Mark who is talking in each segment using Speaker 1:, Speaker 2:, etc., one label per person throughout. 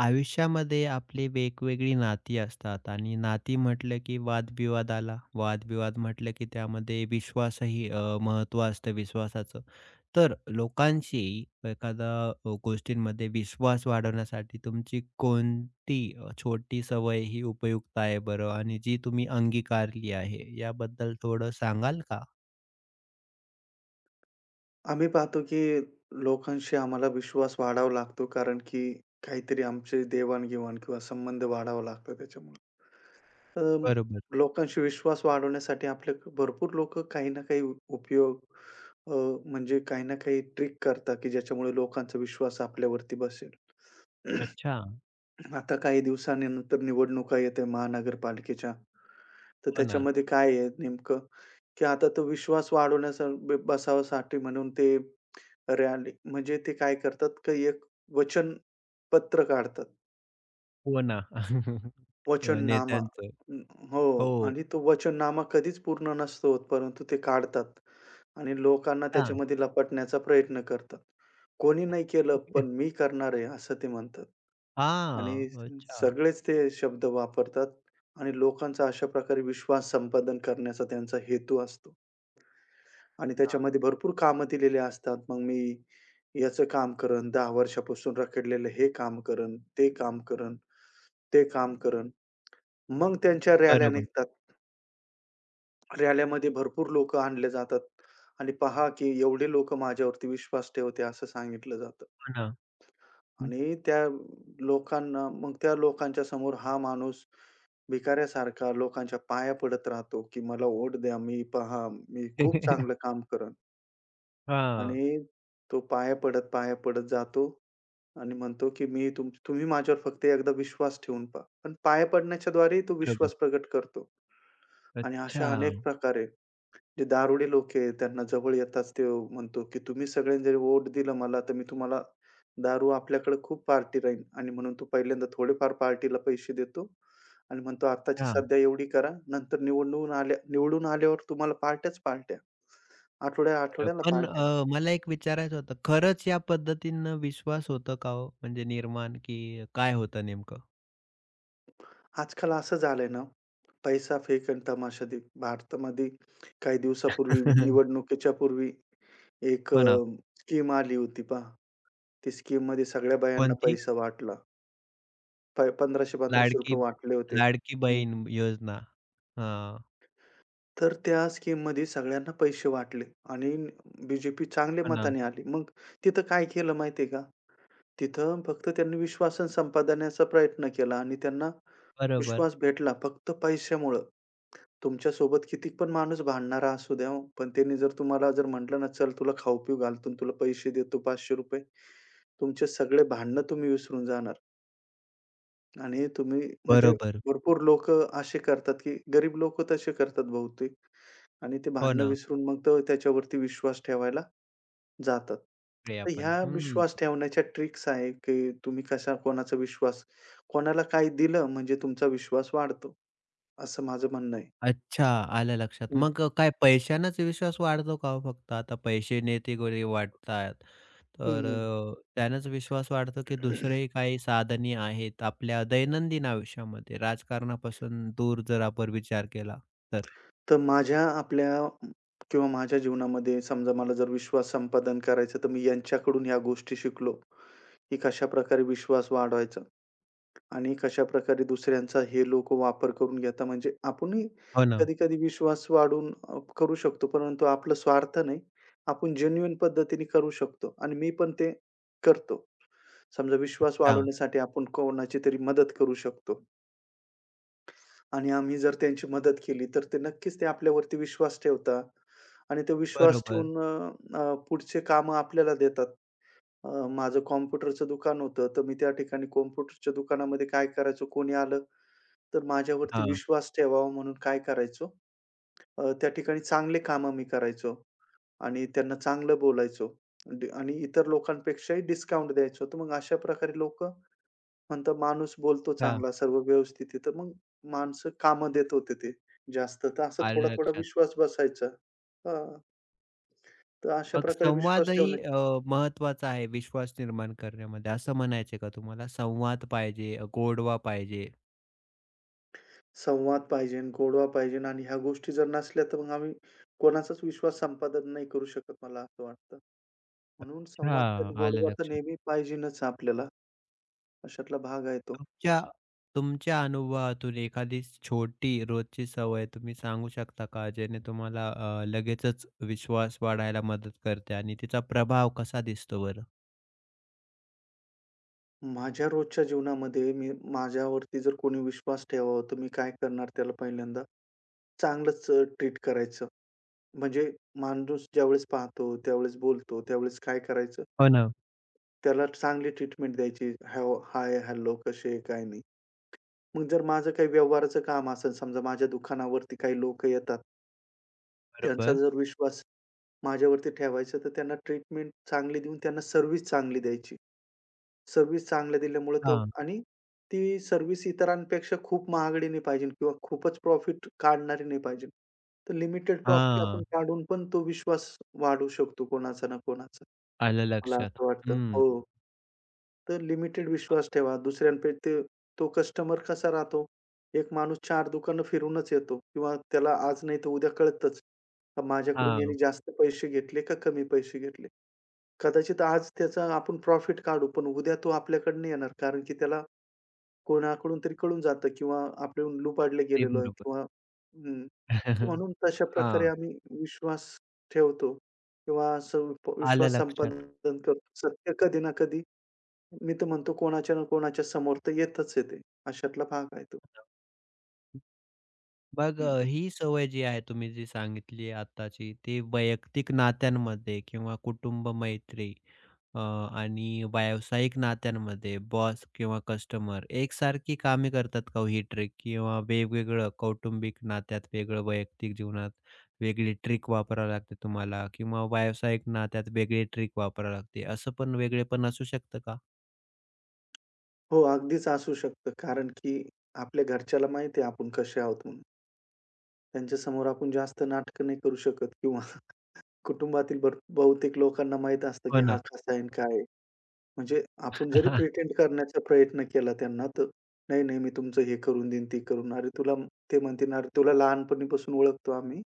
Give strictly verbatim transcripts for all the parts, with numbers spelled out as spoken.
Speaker 1: आयुष्यामध्ये आपली वेगवेगळी नाती असतात आणि नाती म्हटलं की वादविवाद आला. वादविवाद म्हटलं की त्यामध्ये विश्वासही अ, महत्त्व असतं विश्वासाचं. तर लोकांशी एखादा अ, गोष्टींमध्ये विश्वास वाढवण्यासाठी तुमची कोणती अ, छोटी सवय ही उपयुक्त आहे बरं? आणि जी तुम्ही अंगीकारली आहे, याबद्दल थोडं सांगाल का?
Speaker 2: आम्ही पाहतो की लोकांशी आम्हाला विश्वास वाढावा लागतो कारण की काहीतरी आमची देवाण-घेवाण किंवा संबंध वाढावा लागतो त्याच्यामुळे. तर
Speaker 1: बरोबर.
Speaker 2: लोकांशी विश्वास वाढवण्यासाठी आपले भरपूर लोकं काही ना काही उपयोग अ, म्हणजे काही ना काही ट्रिक करतात की ज्याच्यामुळे लोकांचा विश्वास आपल्यावरती बसेल.
Speaker 1: अच्छा.
Speaker 2: आता काही दिवसानंतर निवडणुका येते महानगरपालिकेच्या. तर
Speaker 1: हो ना,
Speaker 2: त्याच्यामध्ये काय आहे नेमकं की आता तो विश्वास वाढवण्यास बसावासाठी म्हणून ते रॅली म्हणजे ते काय करतात की एक वचनपत्र काढतात.
Speaker 1: हो ना.
Speaker 2: वचननामा
Speaker 1: नेत्यांचं.
Speaker 2: अं, हो.
Speaker 1: हो.
Speaker 2: आणि तो वचननामा कधीच पूर्ण नसतो होत, परंतु ते काढतात आणि लोकांना
Speaker 1: हां.
Speaker 2: त्याच्यामध्ये लपटण्याचा प्रयत्न करतात. कोणी नाही केलं, पण मी करणार आहे, असं ते म्हणतात.
Speaker 1: हां.
Speaker 2: आणि
Speaker 1: अच्छा.
Speaker 2: सगळेच ते शब्द वापरतात आणि लोकांचा अशा प्रकारे विश्वास संपादन करण्याचा त्यांचा हेतू असतो. आणि त्याच्यामध्ये भरपूर कामं दिलेली असतात. मग मी याचं काम करेन, दहा वर्षापासून रखडलेलं हे काम करेन, ते काम करेन, ते काम करेन. मग त्यांच्या रॅल्या
Speaker 1: बरोबर.
Speaker 2: निघतात. रॅल्यामध्ये भरपूर लोकं आणले जातात आणि पहा की एवढे लोकं माझ्यावरती विश्वास ठेवते असं सांगितलं जातं.
Speaker 1: हो ना. हं.
Speaker 2: आणि त्या लोकांना मग त्या लोकांच्या समोर हा माणूस भिकाऱ्यासारखा लोकांच्या पाया पडत राहतो, की मला वोट द्या, मी पहा, मी खूप चांगलं काम करेन.
Speaker 1: हां.
Speaker 2: आणि तो पाया पडत, पाया पडत जातो आणि म्हणतो, की "मी तुम तुम्ही माझ्यावर फक्त एकदा विश्वास ठेवून पहा." पण पाया पडण्याच्याद्वारे तो
Speaker 1: बरोबर.
Speaker 2: विश्वास प्रकट करतो. आणि
Speaker 1: अच्छा.
Speaker 2: अशा अनेक प्रकारे आहे. जे दारुडे लोकं आहेत त्यांना जवळ येताच तो म्हणतो, की "तुम्ही सगळ्यांनी जर वोट दिलं मला तर मी तुम्हाला दारू आपल्याकडे खूप पार्टी राहील." आणि म्हणून तो पहिल्यांदा थोडेफार पार्टीला पैसे देतो आणि म्हणतो, "आत्ताची
Speaker 1: हां,
Speaker 2: सध्या एवढी करा, नंतर निवडून आल्या निवडून आल्यावर तुम्हाला पार्ट्याच पार्ट्या,
Speaker 1: बरं.
Speaker 2: आठवड्या-आठवड्याला
Speaker 1: पण
Speaker 2: पार्ट्या."
Speaker 1: अ, मला एक विचारायचं होतं. खरंच या पद्धतीनं विश्वास होतो का हो? म्हणजे निर्माण की काय होतं नेमकं?
Speaker 2: आजकाल असं झालंय ना, पैसा फेक आणि तमाशा देख. भारतामध्ये काही दिवसापूर्वी निवडणुकीच्या पूर्वी एक
Speaker 1: हो ना.
Speaker 2: स्कीम आली होती पहा. ती स्कीममध्ये सगळ्या बायांना
Speaker 1: कोणती?
Speaker 2: पैसा वाटला. प ₹पंधराशे-पंधराशे
Speaker 1: लाडकी
Speaker 2: वाटले होते.
Speaker 1: लाडकी
Speaker 2: हं.
Speaker 1: बहीण योजना. हां.
Speaker 2: तर त्या स्कीम स्कीममध्ये सगळ्यांना पैसे वाटले आणि बी जे
Speaker 1: हो ना.
Speaker 2: मताने आली. मग तिथं काय केलं माहिती का? तिथं फक्त त्यांनी विश्वासन संपादण्याचा प्रयत्न केला आणि त्यांना
Speaker 1: बरोबर.
Speaker 2: विश्वास भेटला फक्त पैशामुळं. तुमच्यासोबत किती पण माणूस भांडणारा असू द्या हो, पण त्यांनी जर तुम्हाला जर म्हटलं ना, "चल तुला खाऊ-पिऊ घालतो आणि तुला पैसे देतो ₹पाचशे." तुमचे सगळे भांडणं तुम्ही विसरून जाणार आणि तुम्ही म्हणजे
Speaker 1: बरोबर.
Speaker 2: भरपूर लोकं असे करतात, की गरीब लोकं तसे करतात बहुतेक आणि ते
Speaker 1: हो
Speaker 2: भांडणं
Speaker 1: ना.
Speaker 2: विसरून मग तर त्याच्यावरती विश्वास ठेवायला जातात.
Speaker 1: ते
Speaker 2: तर
Speaker 1: आपण.
Speaker 2: ह्या
Speaker 1: हं.
Speaker 2: विश्वास ठेवण्याच्या ट्रिक्स आहे, की तुम्ही कशा कोणाचा विश्वास कोणाला काय दिलं म्हणजे तुमचा विश्वास वाढतो, असं माझं म्हणणं आहे.
Speaker 1: अच्छा, आलं लक्षात.
Speaker 2: हं,
Speaker 1: मग अ, काय पैशानेच विश्वास वाढतो का हो फक्त? आता पैसे नेते गोरे वाटतात,
Speaker 2: हं,
Speaker 1: तर
Speaker 2: हं.
Speaker 1: अ, त्यानेच विश्वास वाढतो की दुसरेही काही साधने आहेत आपल्या दैनंदिन आयुष्यामध्ये राजकारणापासून दूर जर आपण विचार केला तर?
Speaker 2: तर माझ्या आपल्या किंवा माझ्या जीवनामध्ये समजा मला जर विश्वास संपादन करायचा, तर मी यांच्याकडून ह्या गोष्टी शिकलो, की कशाप्रकारे विश्वास वाढवायचा. आणि कशाप्रकारे दुसऱ्यांचा हे लोक वापर करून घेता म्हणजे आपणही
Speaker 1: हो ना.
Speaker 2: कधी-कधी विश्वास वाढवून अ, करू शकतो. परंतु आपला स्वार्थ नाही. आपण जेन्युइन पद्धतीने करू शकतो आणि मी पण ते करतो. समजा विश्वास
Speaker 1: हां,
Speaker 2: वाढवण्यासाठी आपण कोणाची तरी मदत करू शकतो आणि आम्ही जर त्यांची मदत केली, तर ते नक्कीच ते आपल्यावरती विश्वास ठेवतात आणि ते विश्वास
Speaker 1: बरोबर.
Speaker 2: ठेवून अ, अ, पुढचे कामं आपल्याला देतात. अ, माझं कॉम्प्युटरचं दुकान होतं, तर मी त्या ठिकाणी कॉम्प्युटरच्या दुकानामध्ये काय करायचो, कोणी आलं तर माझ्यावरती
Speaker 1: हां,
Speaker 2: विश्वास ठेवावा म्हणून काय करायचो, अ, त्या ठिकाणी चांगले कामं मी करायचो आणि त्यांना चांगलं बोलायचो ड आणि इतर लोकांपेक्षाही डिस्काउंट द्यायचो. तर मग अशा प्रकारे लोकं म्हणतात, "माणूस बोलतो
Speaker 1: हां,
Speaker 2: चांगला, सर्व व्यवस्थित आहे." तर मग माणसं कामं देत होते ते जास्त. तर असा
Speaker 1: आलं
Speaker 2: थोडा-थोडा
Speaker 1: लक्षात.
Speaker 2: विश्वास बसायचा. हां. तर अशा
Speaker 1: मग
Speaker 2: प्रकारे विश्वास
Speaker 1: संवादही
Speaker 2: ठेवण्याची
Speaker 1: अ, महत्त्वाचा आहे विश्वास निर्माण करण्यामध्ये असं म्हणायचं का तुम्हाला? संवाद पाहिजे, अ, गोडवा पाहिजे.
Speaker 2: संवाद पाहिजे, गोडवा पाहिजे आणि ह्या गोष्टी जर नसल्या, तर मग आम्ही कोणाचाच विश्वास संपादन नाही करू शकत, मला असं वाटतं. म्हणून
Speaker 1: अच्छा,
Speaker 2: संवाद आणि
Speaker 1: आलं
Speaker 2: गोडवा तर
Speaker 1: लक्षात.
Speaker 2: नेहमी पाहिजेनच आपल्याला. अशातला भाग आहे तो.
Speaker 1: तुमच्या तुमच्या अनुभवातून एखादी छोटी रोजची सवय तुम्ही सांगू शकता का ज्याने तुम्हाला अ, लगेचच विश्वास वाढायला मदत करते आणि तिचा प्रभाव कसा दिसतो बरं?
Speaker 2: माझ्या रोजच्या जीवनामध्ये मी माझ्यावरती जर कोणी विश्वास ठेवावा, तर मी काय करणार त्याला पहिल्यांदा चांगलंच अ, ट्रीट करायचं. म्हणजे माणूस ज्यावेळेस पाहतो, त्यावेळेस बोलतो, त्यावेळेस काय करायचं,
Speaker 1: हो ना.
Speaker 2: त्याला चांगली ट्रीटमेंट द्यायची. हॅव हाय, हॅलो कसे काय नाही. मग जर माझं काही व्यवहाराचं काम असेल, समजा माझ्या दुकानावरती काही लोकं येतात, त्यांचा
Speaker 1: बरोबर.
Speaker 2: जर विश्वास माझ्यावरती ठेवायचा, तर त्यांना ट्रीटमेंट चांगली देऊन त्यांना सर्व्हिस चांगली द्यायची. सर्व्हिस चांगल्या दिल्यामुळे तो
Speaker 1: हां.
Speaker 2: आणि ती सर्व्हिस इतरांपेक्षा खूप महागडी नाही पाहिजे किंवा खूपच प्रॉफिट काढणारी नाही पाहिजे. तर लिमिटेड प्रॉफिट आपण
Speaker 1: हां.
Speaker 2: काढून पण तो विश्वास वाढवू शकतो कोणाचा ना कोणाचा.
Speaker 1: आलं
Speaker 2: मला
Speaker 1: लक्षात.
Speaker 2: असं वाटतं.
Speaker 1: हं.
Speaker 2: हो. तर लिमिटेड विश्वास ठेवा. दुसऱ्यांपे ते तो कस्टमर कसा राहतो? एक माणूस चार दुकानं फिरूनच येतो किंवा त्याला आज नाही तर उद्या कळतच. का माझ्याकडून याने
Speaker 1: हां.
Speaker 2: जास्त पैसे घेतले का कमी पैसे घेतले? कदाचित आज त्याचा आपण प्रॉफिट काढू, पण उद्या तो आपल्याकडनं येणार कारण की त्याला कोणाकडून तरी कळून जातं किंवा आपण लुबाडले
Speaker 1: ते
Speaker 2: गेलेलो आहे
Speaker 1: बरोबर.
Speaker 2: किंवा हं, म्हणून तशा प्रकारे
Speaker 1: हां.
Speaker 2: आम्ही विश्वास ठेवतो किंवा सं
Speaker 1: आलं
Speaker 2: विश्वास
Speaker 1: लक्षात.
Speaker 2: संपादन करतो. सत्य कधी ना कधी मी तर म्हणतो कोणाच्या ना कोणाच्या समोर तर येतच आहे ते. अशातला भाग आहे तो.
Speaker 1: मग
Speaker 2: हं,
Speaker 1: अ,
Speaker 2: हं.
Speaker 1: ही सवय जी आहे तुम्ही जी सांगितली आत्ताची, ती वैयक्तिक नात्यांमध्ये किंवा कुटुंब, मैत्री अ, आणि व्यावसायिक नात्यांमध्ये बॉस किंवा कस्टमर एकसारखी कामे करतात का हो ही ट्रिक? किंवा वेगवेगळं कौटुंबिक नात्यात वेगळं, वैयक्तिक जीवनात वेगळी ट्रिक वापरावी लागते तुम्हाला किंवा व्यावसायिक नात्यात वेगळी ट्रिक वापरावी लागते, असं पण वेगळेपण असू शकतं का?
Speaker 2: हो, अगदीच असू शकतं. कारण की आपल्या घरच्याला माहिती आहे आपण कसे आहोत म्हणून. त्यांच्यासमोर आपण जास्त नाटकं नाही करू शकत किंवा कुटुंबातील भर बहुतेक लोकांना माहीत असतं की
Speaker 1: हो
Speaker 2: हा
Speaker 1: ना.
Speaker 2: कसा आहे आणि काय आहे. म्हणजे आपण जरी प्रिटेंड करण्याचा प्रयत्न केला त्यांना, तर "नाही, नाही, मी तुमचं हे करून देईन, ते करून." अरे तुला ते म्हणतील, "अरे तुला लहानपणीपासून ओळखतो आम्ही.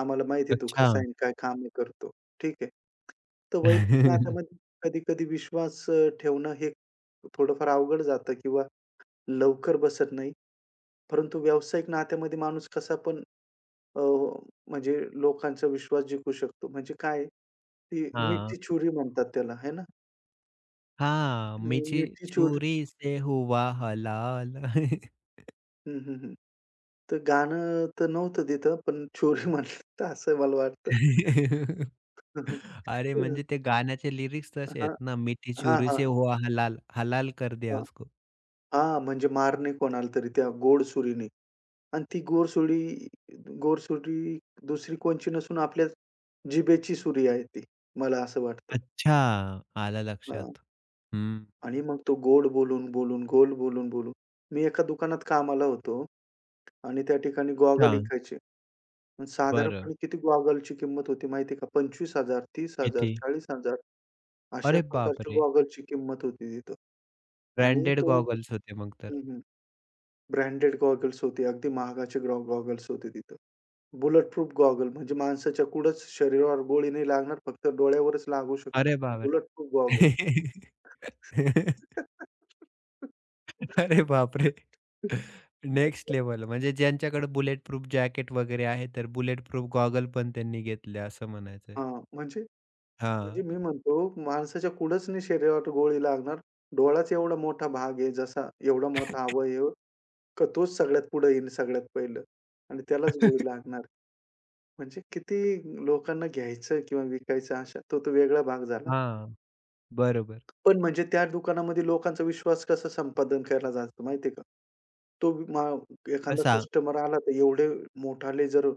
Speaker 2: आम्हाला माहिती आहे तू
Speaker 1: अच्छा.
Speaker 2: कसा आहे आणि काय कामे करतो." ठीक आहे. तर वैयक्तिक नात्यामध्ये कधी-कधी विश्वास अ, ठेवणं हे थोडंफार अवघड जातं किंवा लवकर बसत नाही. परंतु व्यावसायिक नात्यामध्ये माणूस कसा पण अ, म्हणजे लोकांचा विश्वास जिंकू शकतो. म्हणजे काय ती
Speaker 1: हां.
Speaker 2: मिठीची छुरी म्हणतात त्याला, आहे ना?
Speaker 1: हाँ,
Speaker 2: मी-
Speaker 1: मुझे
Speaker 2: मिठी छुरी.
Speaker 1: चोरी से हुआ हलाल.
Speaker 2: हं, हं, हं. तर गाणं तर नव्हतं तिथं, पण चोरी म्हणलं तर असं मला वाटतं. हं, हं.
Speaker 1: अरे, म्हणजे ते गाण्याचे लिरिक्स
Speaker 2: अ,
Speaker 1: तसे
Speaker 2: हां,
Speaker 1: आहेत ना, "मिठी
Speaker 2: हां,
Speaker 1: चोरी
Speaker 2: हां,
Speaker 1: से हुआ हलाल, हलाल कर दिया
Speaker 2: हां.
Speaker 1: उसको."
Speaker 2: हां, म्हणजे मारणे कोणाला तरी त्या गोडसुरीने आणि ती गोडसुरी गोडसुरी दुसरी कोणची नसून आपल्या जिभेची सुरी आहे ती, मला असं वाटतं.
Speaker 1: अच्छा, आलं
Speaker 2: हां.
Speaker 1: लक्षात. हं.
Speaker 2: आणि मग तो गोड बोलून, बोलून, गोड बोलून, बोलून. मी एका दुकानात कामाला होतो आणि त्या ठिकाणी गॉगल
Speaker 1: अच्छा,
Speaker 2: विकायचे. पण
Speaker 1: बरं.
Speaker 2: साधारणपणे किती गॉगलची किंमत होती माहिती आहे का? पंचवीस हजार, तीस हजार,
Speaker 1: किती?
Speaker 2: चाळीस हजार अशा
Speaker 1: अरे
Speaker 2: प्रकारच्या
Speaker 1: बापरे!
Speaker 2: गॉगलची किंमत होती तिथं आणि
Speaker 1: ब्रँडेड
Speaker 2: तो.
Speaker 1: गॉगल्स होते मग तर.
Speaker 2: हं, हं. ब्रँडेड गॉगल्स होते. अगदी महागाचे गॉ गॉगल्स होते तिथं. बुलेट प्रूफ गॉगल म्हणजे माणसाच्या कुठंच शरीरावर गोळी नाही लागणार. फक्त डोळ्यावरच लागू शकते.
Speaker 1: अरे बापरे!
Speaker 2: Bulletproof goggle.
Speaker 1: अरे बापरे! नेक्स्ट लेव्हल म्हणजे ज्यांच्याकडे बुलेट प्रूफ जॅकेट वगैरे आहे, तर बुलेट प्रूफ गॉगल पण त्यांनी घेतले असं म्हणायचंय.
Speaker 2: हां, म्हणजे म्हणजे
Speaker 1: हां.
Speaker 2: मी म्हणतो माणसाच्या कुठंच नाही शरीरावर गोळी लागणार. डोळाच एवढा मोठा भाग आहे जसा एवढा मोठा अवयव का तोच सगळ्यात पुढे येईल सगळ्यात पहिलं आणि त्यालाच गोळी लागणार. म्हणजे किती लोकांना घ्यायचं किंवा विकायचं अशा तो तो वेगळा भाग झाला.
Speaker 1: हां, बरोबर.
Speaker 2: पण म्हणजे त्या दुकानामध्ये लोकांचा विश्वास कसं संपादन केला जातो माहिती का? तो मा एखादा
Speaker 1: कसा?
Speaker 2: कस्टमर आला तर एवढे मोठाले जर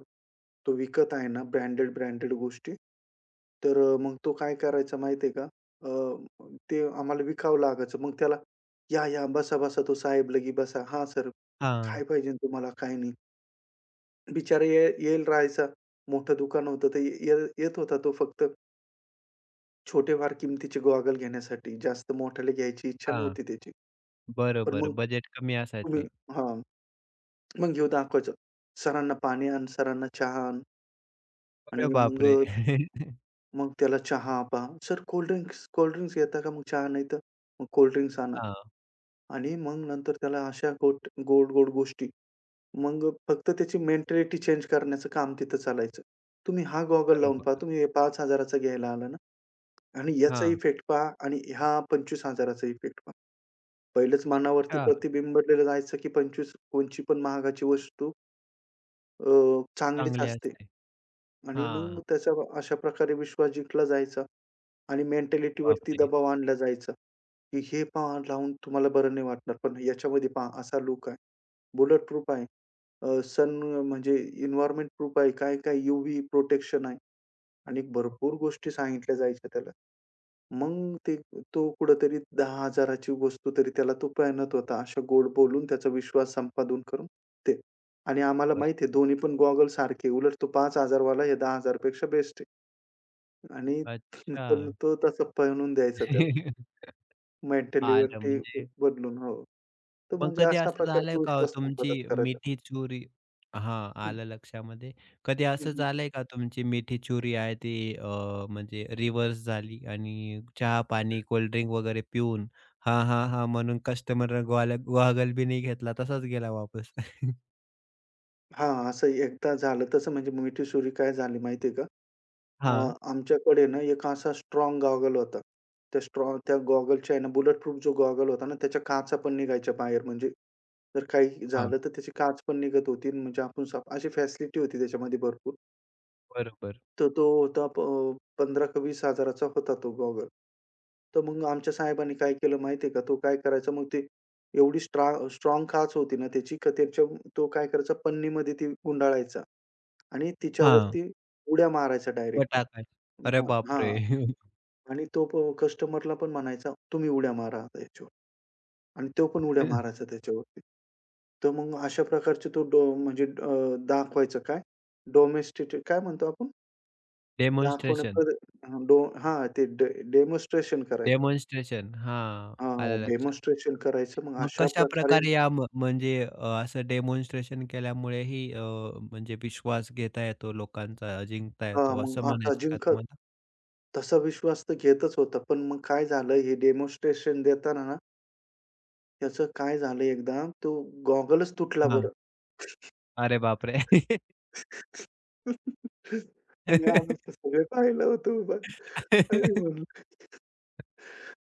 Speaker 2: तो विकत आहे ना ब्रँडेड, ब्रँडेड गोष्टी, तर अ, मग तो काय करायचा माहिती का? अ, ते आम्हाला विकावं लागायचं. मग त्याला, "या, या, बसा, बसा." तो साहेब लगी बसा. "हां, सर.
Speaker 1: हां,
Speaker 2: काय पाहिजे तुम्हाला? काय नाही?" बिचारा ये येईल राहायचा. मोठं दुकान होतं तर ये ये- येत होता तो फक्त छोटेफार किमतीचे गॉगल घेण्यासाठी. जास्त मोठ्याले घ्यायची इच्छा
Speaker 1: हां.
Speaker 2: नव्हती त्याची. पण
Speaker 1: बरोबर.
Speaker 2: मग
Speaker 1: बजेट कमी
Speaker 2: तुम्ही
Speaker 1: असायचं.
Speaker 2: हां, मग घेऊ दाखवायचं. सरांना पाणी आण, सरांना चहा आण आणि
Speaker 1: अरे
Speaker 2: मग
Speaker 1: बापरे!
Speaker 2: मग त्याला चहा पहा. "सर कोल्ड ड्रिंक्स, घेता का? मग चहा नाही तर मग कोल्ड आणा."
Speaker 1: हां,
Speaker 2: आणि मग नंतर त्याला अशा गोट गोड-गोड गोष्टी. मग फक्त त्याची मेंटॅलिटी चेंज करण्याचं काम तिथं चालायचं. तुम्ही हा गॉगल लावून पहा.
Speaker 1: बरोबर.
Speaker 2: तुम्ही हे पाच हजार चा घ्यायला आला ना. आणि याचा
Speaker 1: हां,
Speaker 2: इफेक्ट पहा आणि ह्या 25,000चा इफेक्ट पहा. पहिलंच मनावरती
Speaker 1: अच्छा.
Speaker 2: प्रतिबिंबलेलं जायचं, की पंचवीस कोणची पण महागाची वस्तू अ, चांगलीच
Speaker 1: चांगले
Speaker 2: असते
Speaker 1: असते.
Speaker 2: आणि
Speaker 1: हां,
Speaker 2: मग त्याचा अशा प्रकारे विश्वास जिंकला जायचा आणि मेंटॅलिटीवरती
Speaker 1: बापरे!
Speaker 2: दबाव आणला जायचा, की हे पहा लावून तुम्हाला बरं नाही वाटणार. पण याच्यामध्ये पहा असा लूक आहे, बुलेट प्रूफ आहे, अ, सन म्हणजे एन्व्हायर्नमेंट प्रूफ आहे, काय-काय यूव्ही प्रोटेक्शन आहे आणि भरपूर गोष्टी सांगितल्या जायच्या त्याला. मग ते तो कुठेतरी दहा हजार ची वस्तू तरी त्याला तो पेणत होता. अशा गोड बोलून त्याचा विश्वास संपादन करून ते आणि आम्हाला
Speaker 1: बरोबर.
Speaker 2: माहिती आहे दोन्ही पण गॉगल सारखे. उलट तो पाच हजार वाला हे दहा हजार पेक्षा बेस्ट आहे आणि
Speaker 1: अच्छा.
Speaker 2: पण तो तसा पेणून द्यायचा त्याला
Speaker 1: आलं
Speaker 2: मेंटॅलिटी
Speaker 1: म्हणजे
Speaker 2: बदलून. हो. तर
Speaker 1: मग
Speaker 2: म्हणजे
Speaker 1: कधी
Speaker 2: अशा
Speaker 1: असं
Speaker 2: प्रकारचा
Speaker 1: झालंय का हो
Speaker 2: विश्वास
Speaker 1: तुमची
Speaker 2: संपादन करायचा.
Speaker 1: मिठी चुरी हां,
Speaker 2: हं,
Speaker 1: आलं लक्षामध्ये. कधी
Speaker 2: हं,
Speaker 1: असं
Speaker 2: हं.
Speaker 1: झालंय का तुमची मिठी चुरी आहे ती अ, म्हणजे रिव्हर्स झाली आणि चहा, पाणी, कोल्डड्रिंक वगैरे पिऊन हां, हां, हां, म्हणून कस्टमरनं ग्वाल गॉगल बी नाही घेतला तसाच गेला वापस.
Speaker 2: असं एकदा झालं. तसं म्हणजे मिठी सुरी काय झाली माहिती का? अ,
Speaker 1: हां,
Speaker 2: आमच्याकडे ना एक असा स्ट्राँग गॉगल होता. त्या स्ट्रॉ त्या गॉगलच्या आहे ना बुलेट प्रूफ जो गॉगल होता ना, त्याच्या काचा पण निघायच्या बाहेर. म्हणजे जर काही
Speaker 1: हां,
Speaker 2: झालं तर त्याची काच पण निघत होती. म्हणजे आपण साप अशी फॅसिलिटी होती त्याच्यामध्ये भरपूर.
Speaker 1: बरोबर.
Speaker 2: तर तो होता प पंधरा हजार का वीस हजार चा होता तो गॉगल. तर मग आमच्या साहेबांनी काय केलं माहिती का, तो काय करायचा मग ते एवढी स्ट्रा स्ट्राँग काच होती ना त्याची का त्याच्या तो काय करायचा पन्नीमध्ये ती गुंडाळायचा आणि
Speaker 1: हां,
Speaker 2: तिच्यावरती उड्या मारायचा डायरेक्टली.
Speaker 1: पटाखा. अरे
Speaker 2: हां,
Speaker 1: बापरे!
Speaker 2: आणि तो प कस्टमरला पण म्हणायचा, "तुम्ही उड्या मारा आता याच्यावर." आणि तो पण उड्या मारायचा त्याच्यावरती. तर मग अशा प्रकारचे तो डो म्हणजे अ, दाखवायचं काय? डॉमेस्टिक काय म्हणतो आपण? दाखवणे
Speaker 1: डेमॉन्स्ट्रेशन,
Speaker 2: प्रद हां, डो हां, ते डेमॉन्स्ट्रेशन करायचं.
Speaker 1: डेमॉन्स्ट्रेशन. हां,
Speaker 2: हां,
Speaker 1: आलं लक्षात.
Speaker 2: डेमॉन्स्ट्रेशन करायचं. मग
Speaker 1: मग
Speaker 2: अशा प्रकारे
Speaker 1: कशाप्रकारे या म म्हणजे अ, असं डेमॉन्स्ट्रेशन केल्यामुळेही अ, म्हणजे विश्वास घेता येतो लोकांचा, जिंकता
Speaker 2: हां,
Speaker 1: येतो असं
Speaker 2: मग असा
Speaker 1: म्हणायचंय का
Speaker 2: जिंकत
Speaker 1: तुम्हाला?
Speaker 2: तसा विश्वास तर घेतच होता. पण मग काय झालं हे डेमॉन्स्ट्रेशन देताना ना त्याचं काय झालं एकदा तो गॉगलच तुटला
Speaker 1: हां.
Speaker 2: बरं.
Speaker 1: अरे बापरे!
Speaker 2: आणि आम्ही तर सगळे पाहिलं होतं उभं. आणि म्हणलं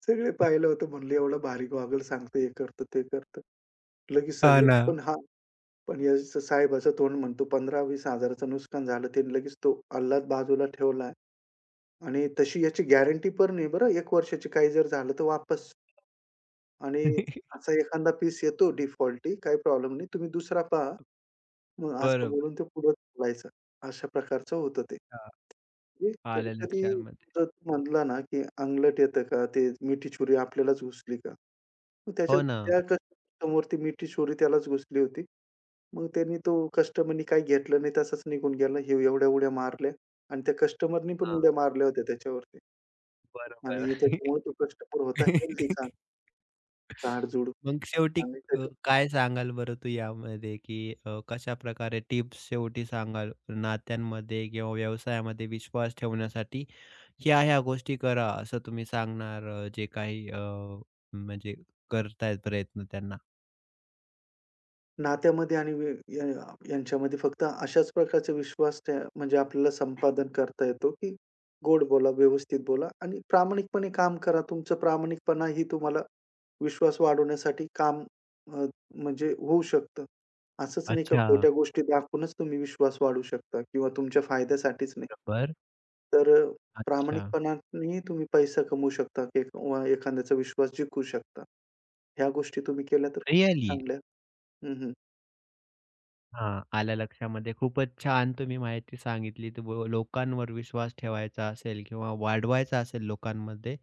Speaker 2: सगळे पाहिलं होतं म्हणलं एवढं भारी गॉगल सांगतं हे करतं, ते करतं. लगेच
Speaker 1: हां
Speaker 2: सगळे
Speaker 1: ना.
Speaker 2: पण हां, पण याचं साहेबाचं तोंड म्हणतो पंधरा हजार-20,000चं नुकसान झालं. त्याने लगेच तो अल्लाद बाजूला ठेवला आणि तशी याची गॅरंटी पण नाही बरं एक वर्षाची काही जर झालं तर वापस. आणि असा एखादा पीस येतो डिफॉल्टी, काही प्रॉब्लेम नाही. तुम्ही दुसरा पहा. मग असं
Speaker 1: बरोबर.
Speaker 2: बोलून ते पुढे बोलायचं. अशा प्रकारचं होतं ते.
Speaker 1: हां.
Speaker 2: म्हणजे
Speaker 1: आलं
Speaker 2: कधी-कधी
Speaker 1: लक्षामध्ये.
Speaker 2: जर तू म्हणला ना, की अंगलट येतं का? ते मिठी छुरी आपल्यालाच घुसली का? मग त्याच्या
Speaker 1: हो ना.
Speaker 2: त्या कस्टमरवर ती मिठी छुरी त्यालाच घुसली होती. मग त्यांनी तो कस्टमरनी काही घेतलं नाही, तसाच निघून गेला. हे एवढ्या उड्या मारल्या आणि त्या कस्टमरनी पण उड्या
Speaker 1: हां.
Speaker 2: मारल्या होत्या त्याच्यावरती
Speaker 1: बरोबर.
Speaker 2: आणि त्याच्यामुळे तो कस्टमर होता हेल्थी चांगला, जाड-जुड
Speaker 1: मग शेवटी
Speaker 2: आणि
Speaker 1: अ,
Speaker 2: त्याच्या
Speaker 1: काय सांगाल बरं तू यामध्ये, की अ, कशाप्रकारे टिप्स शेवटी सांगाल नात्यांमध्ये किंवा व्यवसायामध्ये विश्वास ठेवण्यासाठी ह्या-ह्या गोष्टी करा असं तुम्ही सांगणार अ, जे काही अ, म्हणजे करतायत प्रयत्न त्यांना?
Speaker 2: नात्यामध्ये आणि वे या यांच्यामध्ये फक्त अशाच प्रकारचा विश्वास त्या म्हणजे आपल्याला संपादन करता येतो, की गोड बोला, व्यवस्थित बोला आणि प्रामाणिकपणे काम करा. तुमचं प्रामाणिकपणा ही तुम्हाला विश्वास वाढवण्यासाठी काम अ, म्हणजे होऊ शकतं. असंच नाही का
Speaker 1: अच्छा.
Speaker 2: खोट्या गोष्टी दाखवूनच तुम्ही विश्वास वाढवू शकता किंवा तुमच्या फायद्यासाठीच नाही.
Speaker 1: बरोबर.
Speaker 2: तर अ,
Speaker 1: अच्छा.
Speaker 2: प्रामाणिकपणानेही तुम्ही पैसा कमवू शकता किंवा एखाद्याचा विश्वास जिंकू शकता. ह्या गोष्टी तुम्ही केल्या तर खूपच
Speaker 1: रिअली?
Speaker 2: चांगल्या. हं, हं.
Speaker 1: हां, आलं लक्षामध्ये. खूपच छान तुम्ही माहिती सांगितली. तर व लोकांवर विश्वास ठेवायचा असेल किंवा वाढवायचा असेल लोकांमध्ये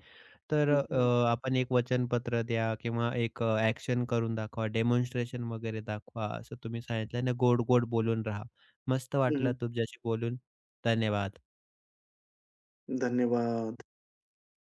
Speaker 1: तर
Speaker 2: हं, हं.
Speaker 1: अ, आपण एक वचनपत्र द्या किंवा एक अ, ॲक्शन करून दाखवा, डेमॉन्स्ट्रेशन वगैरे दाखवा, असं तुम्ही सांगितलं आणि गोड-गोड बोलून राहा. मस्त वाटलं तुमच्याशी बोलून. धन्यवाद.
Speaker 2: धन्यवाद.